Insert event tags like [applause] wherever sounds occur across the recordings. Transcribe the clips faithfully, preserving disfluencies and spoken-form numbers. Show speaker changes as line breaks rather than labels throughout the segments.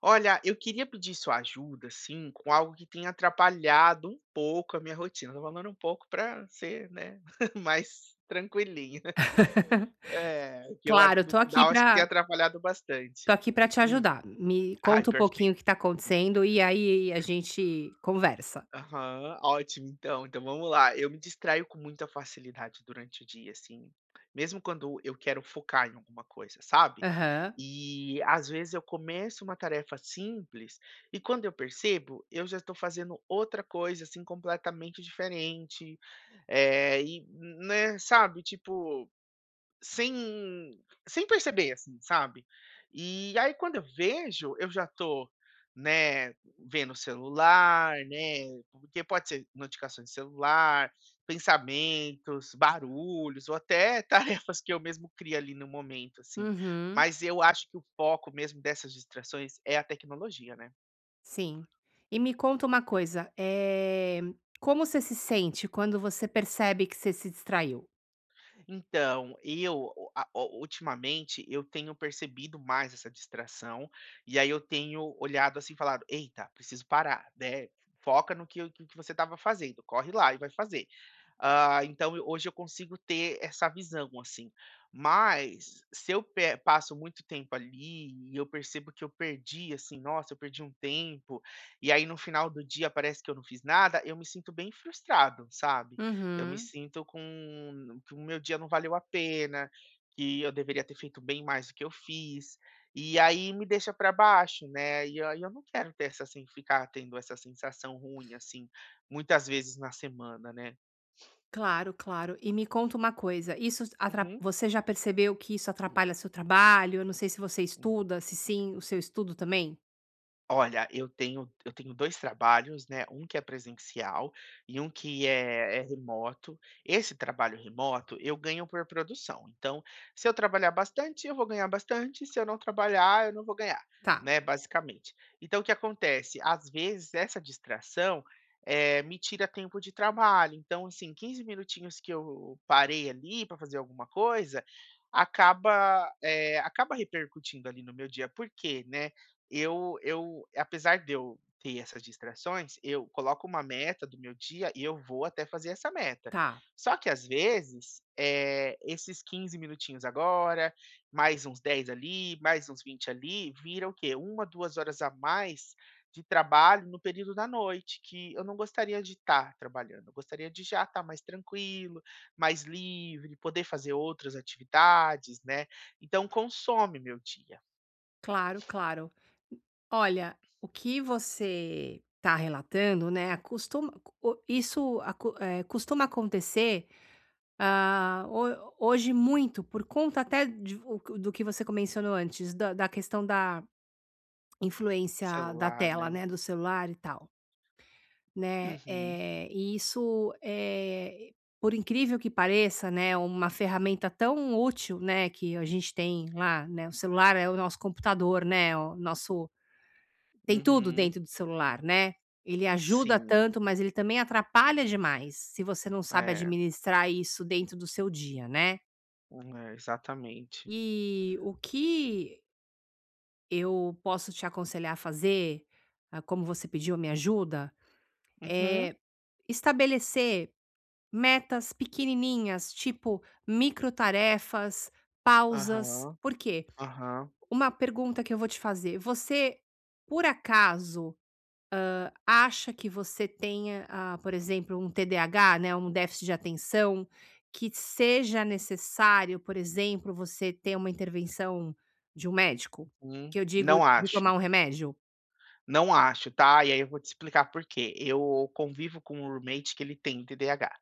Olha, eu queria pedir sua ajuda, sim, com algo que tem atrapalhado um pouco a minha rotina. Tô falando um pouco para ser, né, [laughs] mais tranquilinho. É que eu a
Claro, eu
no
tô aqui
final acho que
pra
tem atrapalhado
tô
bastante.
aqui pra te
Hum.
ajudar. Me
Ai,
conta um pouquinho o
perfeito.
que tá acontecendo e aí a gente conversa.
Aham, ótimo, então, então vamos lá. Eu me distraio com muita facilidade durante o dia, assim, mesmo quando eu quero focar em alguma coisa, sabe?
Aham.
E às vezes eu começo uma tarefa simples e, quando eu percebo, eu já estou fazendo outra coisa, assim, completamente diferente, é e, né, sabe, tipo, sem sem perceber, assim, sabe. E aí, quando eu vejo, eu já tô, né, vendo o celular, né, porque pode ser notificações de celular, pensamentos, barulhos ou até [laughs] tarefas que eu mesmo crio ali no momento, assim.
Uhum.
Mas eu acho que o foco mesmo dessas distrações é a tecnologia, né.
Sim. E me conta uma coisa, eh, como você se sente quando você percebe que você se distraiu?
Então, eu a o ultimamente eu tenho percebido mais essa distração, e aí eu tenho olhado assim e falado: "Eita, preciso parar, né, foca no que que que você estava fazendo, corre lá e vai fazer". Ah, então eu hoje eu consigo ter essa visão, assim. Mas se eu pe passo muito tempo ali e eu percebo que eu perdi, assim, nossa, eu perdi um tempo, e aí no final do dia parece que eu não fiz nada, eu me sinto bem frustrado, sabe? Eu me
Uhum.
sinto com que o meu dia não valeu a pena, que eu deveria ter feito bem mais do que eu fiz, e aí me deixa para baixo, né, e aí eu não quero ter essa sen ficar tendo essa sensação ruim, assim, muitas vezes na semana, né.
Claro, claro. E me conta uma coisa, isso atra
Uhum.
você já percebeu que isso atrapalha seu trabalho? Eu não sei se você estuda, se sim, o seu estudo também?
Olha, eu tenho eu tenho dois trabalhos, né, um que é presencial e um que é é remoto. Esse trabalho remoto, eu ganho por produção, então, se eu trabalhar bastante, eu vou ganhar bastante, se eu não trabalhar, eu não vou ganhar,
Tá,
né, basicamente. Então o que acontece, às vezes essa distração, eh, me tira tempo de trabalho, então assim, quinze minutinhos que eu parei ali para fazer alguma coisa, acaba, eh, acaba repercutindo ali no meu dia. Por quê, né? Eu eu apesar de eu ter essas distrações, eu coloco uma meta do meu dia e eu vou até fazer essa meta.
tá.
Só que às vezes, eh, esses quinze minutinhos agora, mais uns dez ali, mais uns vinte ali, vira o quê? Uma duas horas a mais de trabalho no período da noite, que eu não gostaria de estar trabalhando, eu gostaria de já estar mais tranquilo, mais livre, poder fazer outras atividades, né. Então consome meu dia,
Claro, claro. Olha, o que você está relatando, né, acostuma o isso aco eh, costuma acontecer, ah, ho hoje muito por conta até de o que- do que você mencionou antes, da da questão da influência da
celular,
tela,
né.
né, do celular e tal, né.
Uhum,
Eh, e isso, eh, por incrível que pareça, né, uma ferramenta tão útil, né, que a gente tem lá, né, o celular é o nosso computador, né, o nosso tem tudo
uhum,
dentro do celular, né. Ele ajuda
sim,
tanto, mas ele também atrapalha demais, se você não sabe
é,
administrar isso dentro do seu dia, né.
é, exatamente.
E o que eu posso te aconselhar a fazer, ah, como você pediu a minha ajuda,
Uhum,
é estabelecer metas pequenininhas, tipo microtarefas, pausas.
aham,
Por quê?
aham,
Uma pergunta que eu vou te fazer: você, por acaso, acha que você tenha, ah, por exemplo, um T D A H, né, um déficit de atenção, que seja necessário, por exemplo, você ter uma intervenção de um médico?
uhum.
Que eu digo
Não
de tomar
acho.
um remédio?
Não acho, tá? E aí eu vou te explicar por quê. Eu convivo com um roommate que ele tem T D A H,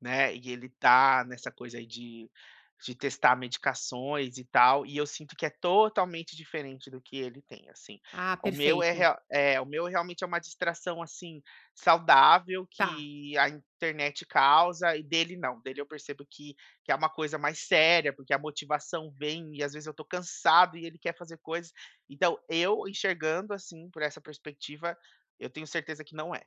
né? E ele tá nessa coisa aí de, de testar medicações e tal, e eu sinto que é totalmente diferente do que ele tem, assim.
Ah,
O meu é,
perfeito.
rea- é o meu realmente é uma distração assim saudável
Tá.
que a internet causa, e dele não. Dele eu percebo que, que é uma coisa mais séria, porque a motivação vem e às vezes eu tô cansado e ele quer fazer coisas. Então, eu enxergando, assim, por essa perspectiva, eu tenho certeza que não é,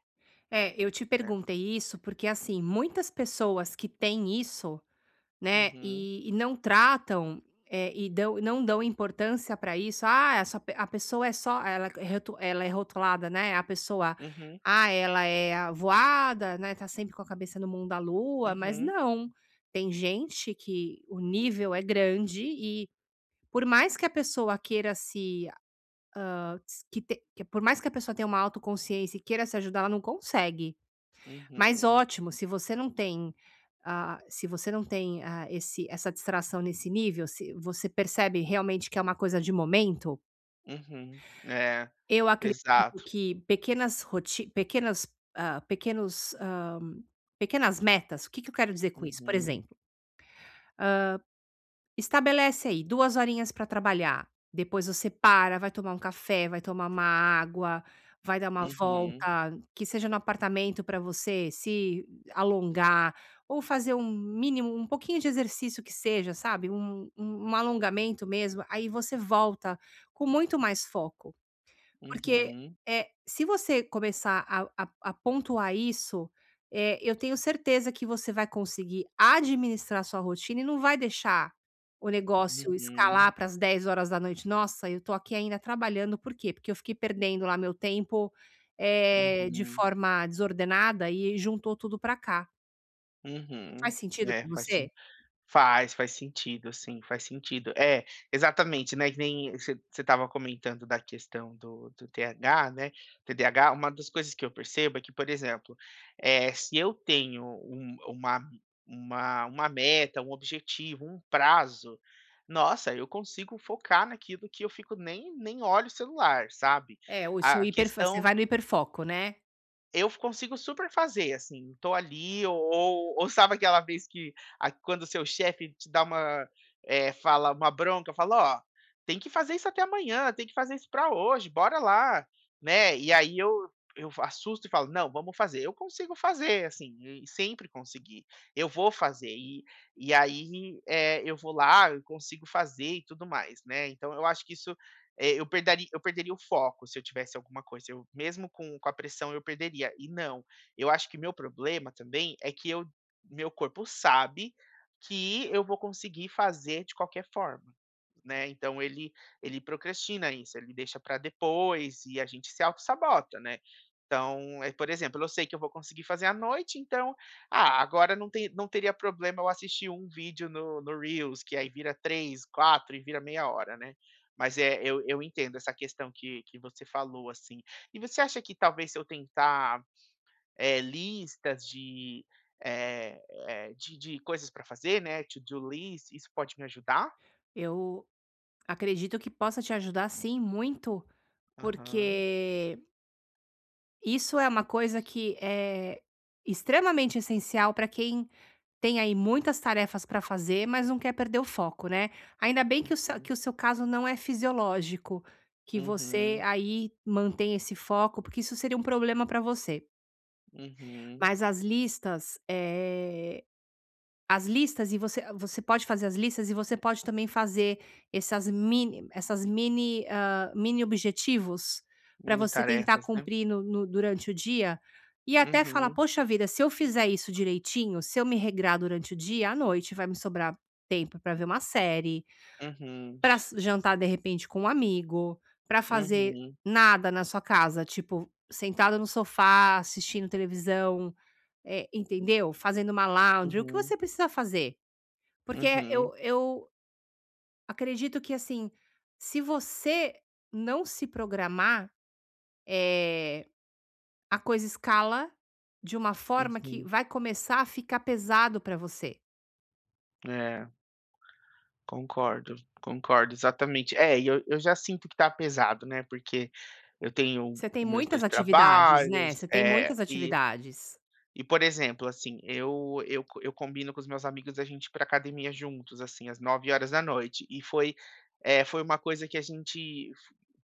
É, eu te
né.
perguntei isso porque, assim, muitas pessoas que têm isso. Né,
Uhum,
e e não tratam, eh, e dão não dão importância para isso. "Ah, essa pe a pessoa é só", ela é rotu ela é rotulada, né, a pessoa,
uhum,
"Ah, ela é a voada, né, tá sempre com a cabeça no mundo da lua", mas
uhum,
não, tem gente que o nível é grande e por mais que a pessoa queira se, hã, que te que- por mais que a pessoa tenha uma autoconsciência e queira se ajudar, ela não consegue. Mas
uhum,
ótimo, se você não tem, ah, se você não tem, ah, esse essa distração nesse nível, se você percebe realmente que é uma coisa de momento,
uhum. É,
eu acredito
exato.
que pequenas roti pequenas, ah, pequenos, hã, pequenas metas, o que que eu quero dizer com isso? Por
Uhum,
exemplo, estabelece aí duas horinhas para trabalhar, depois você para, vai tomar um café, vai tomar uma água, vai dar uma
uhum,
volta, que seja no apartamento para você se alongar, ou fazer um mínimo um pouquinho de exercício que seja, sabe, um um um alongamento mesmo, aí você volta com muito mais foco. Porque,
uhum,
eh, se você começar a a a pontuar isso, eh, eu tenho certeza que você vai conseguir administrar sua rotina e não vai deixar o negócio
uhum,
escalar para as dez horas da noite. "Nossa, eu tô aqui ainda trabalhando, por quê? Porque eu fiquei perdendo lá meu tempo, eh, de
uhum,
forma desordenada e juntou tudo para cá".
uhum.
Faz sentido
É,
para
faz
você?
Faz, faz sentido, sim, faz sentido. É, exatamente, né, que nem você você estava comentando da questão do do T H, né, T D A H, uma das coisas que eu percebo é que, por exemplo, eh, se eu tenho um uma uma uma meta, um objetivo, um prazo, nossa, eu consigo focar naquilo que eu fico nem nem olho o celular, sabe.
É, o seu
A
hiper você
questão
vai no hiperfoco, né.
Eu consigo super fazer, assim, tô ali ou ou ou sabe aquela vez que a quando o seu chefe te dá uma, eh, fala uma bronca, fala: "Ó, tem que fazer isso até amanhã, tem que fazer isso pra hoje, bora lá", né. E aí eu eu assusto e falo: "Não, vamos fazer". Eu consigo fazer, assim, e sempre consegui. Eu vou fazer e, e aí, eh, eu vou lá, eu consigo fazer e tudo mais, né. Então eu acho que isso eh, eu perderia, eu perderia o foco se eu tivesse alguma coisa, eu mesmo com com a pressão eu perderia, e não, eu acho que meu problema também é que eu meu corpo sabe que eu vou conseguir fazer de qualquer forma, né? Então ele ele procrastina isso, ele deixa para depois e a gente se auto sabota, né? Então, é, por exemplo, eu sei que eu vou conseguir fazer à noite, então, ah, agora não, tem, não teria problema eu assistir um vídeo no, no Reels, que aí vira três, quatro e vira meia hora, né? Mas é, eu, eu entendo essa questão que, que você falou, assim. E você acha que talvez se eu tentar, é, listas de, é, é, de, de coisas para fazer, né? To-do list, isso pode me ajudar?
Eu acredito que possa te ajudar sim muito.
Aham.
Porque isso é uma coisa que é extremamente essencial para quem tem aí muitas tarefas para fazer, mas não quer perder o foco, né? Ainda bem que o, seu-
Uhum.
que o seu caso não é fisiológico, que você
Uhum,
aí mantém esse foco, porque isso seria um problema para você.
uhum.
Mas as listas, eh, As listas e você você pode fazer as listas e você pode também fazer essas mini essas mini, hã, mini objetivos para
Mini
você tentar
tarefas, né.
cumprir no no durante o dia, e até falar:
Uhum,
"Poxa vida, se eu fizer isso direitinho, se eu me regrar durante o dia, à noite vai me sobrar tempo para ver uma série,
uhum,
para jantar de repente com um amigo, para fazer
uhum,
nada na sua casa, tipo, sentado no sofá assistindo televisão", eh, entendeu? Fazendo uma laundry, o que
uhum,
você precisa fazer. Porque é,
uhum,
eu eu acredito que, assim, se você não se programar, eh, a coisa escala de uma forma que
uhum.
vai começar a ficar pesado para você.
É, concordo, concordo, exatamente. É, e eu eu já sinto que tá pesado, né, porque eu tenho
Você tem
os meus dois
muitas atividades, né,
trabalhos,
você tem
é
muitas
e
atividades.
e, por exemplo, assim, eu eu co eu combino com os meus amigos a gente ir pra academia juntos, assim, às nove horas da noite e foi, eh, foi uma coisa que a gente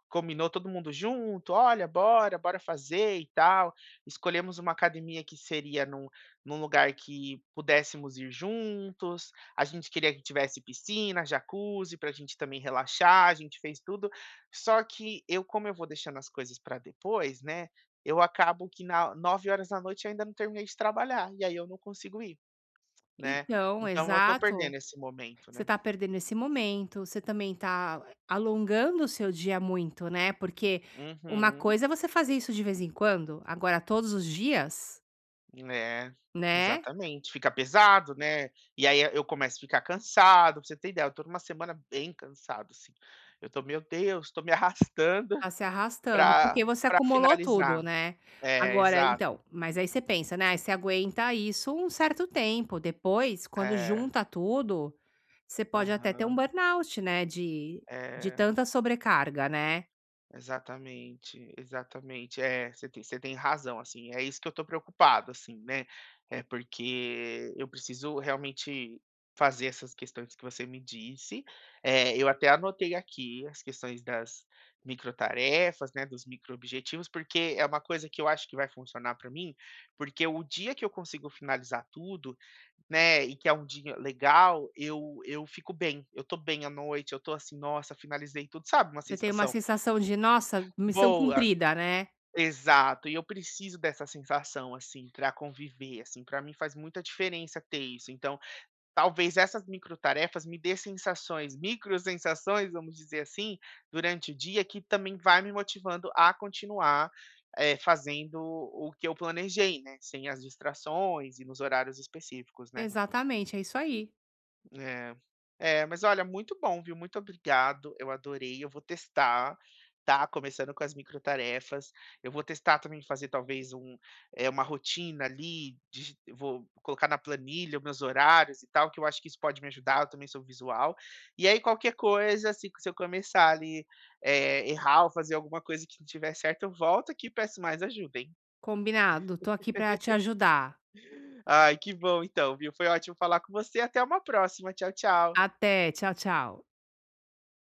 combinou todo mundo junto: "Olha, bora, bora fazer e tal". Escolhemos uma academia que seria num num lugar que pudéssemos ir juntos. A gente queria que tivesse piscina, jacuzzi, para a gente também relaxar, a gente fez tudo. Só que eu, como eu vou deixando as coisas para depois, né, eu acabo que na vinte e uma horas eu ainda não terminei de trabalhar, e aí eu não consigo ir, né.
Então,
Então eu tô perdendo
exato.
esse momento,
Você
né.
tá perdendo esse momento, você também tá alongando o seu dia muito, né, porque uma
Uhum.
coisa é você fazer isso de vez em quando, agora todos os dias,
É,
né.
exatamente. Fica pesado, né. E aí eu começo a ficar cansado, pra você ter ideia, eu tô numa semana bem cansado, assim. Eu tô: "Meu Deus, tô me [laughs] arrastando
Tá se arrastando,
pra
porque você
pra
acumulou tudo,
finalizar".
né.
É,
Agora
exato.
então, mas aí você pensa, né, aí você aguenta isso um certo tempo, depois quando
É.
junta tudo, você pode até ter um
Aham.
burnout, né, de de
É.
tanta sobrecarga, né.
Exatamente, exatamente. É, você tem você tem razão, assim, é isso que eu tô preocupado, assim, né, é porque eu preciso realmente fazer essas questões que você me disse, eh, eu até anotei aqui as questões das microtarefas, né, dos microobjetivos, porque é uma coisa que eu acho que vai funcionar para mim, porque o dia que eu consigo finalizar tudo, né, e que é um dia legal, eu eu fico bem, eu tô bem à noite, eu tô assim: "Nossa, finalizei tudo", sabe, uma
Você tem uma
sensação
sensação de: "Nossa, missão
boa.
cumprida", né.
Exato, e eu preciso dessa sensação, assim, para conviver, assim, para mim faz muita diferença ter isso. Então, talvez essas microtarefas me dê sensações, micro sensações, vamos dizer assim, durante o dia, que também vai me motivando a continuar, eh, fazendo o que eu planejei, né, sem as distrações e nos horários específicos, né.
Exatamente, é isso aí.
É. É, mas olha, muito bom, viu? Muito obrigado. Eu adorei. Eu vou testar, tá? Começando com as microtarefas. Eu vou testar também fazer talvez um, eh, uma rotina ali, digi- vou colocar na planilha os meus horários e tal, que eu acho que isso pode me ajudar. Eu também sou visual. E aí, qualquer coisa, se, se eu começar ali, eh, errar ou fazer alguma coisa que não tiver certo, eu volto aqui e peço mais ajuda, hein?
Combinado, tô aqui pra te ajudar.
Ai, que bom então, viu? Foi ótimo falar com você. Até uma próxima. Tchau, tchau.
Até, tchau, tchau.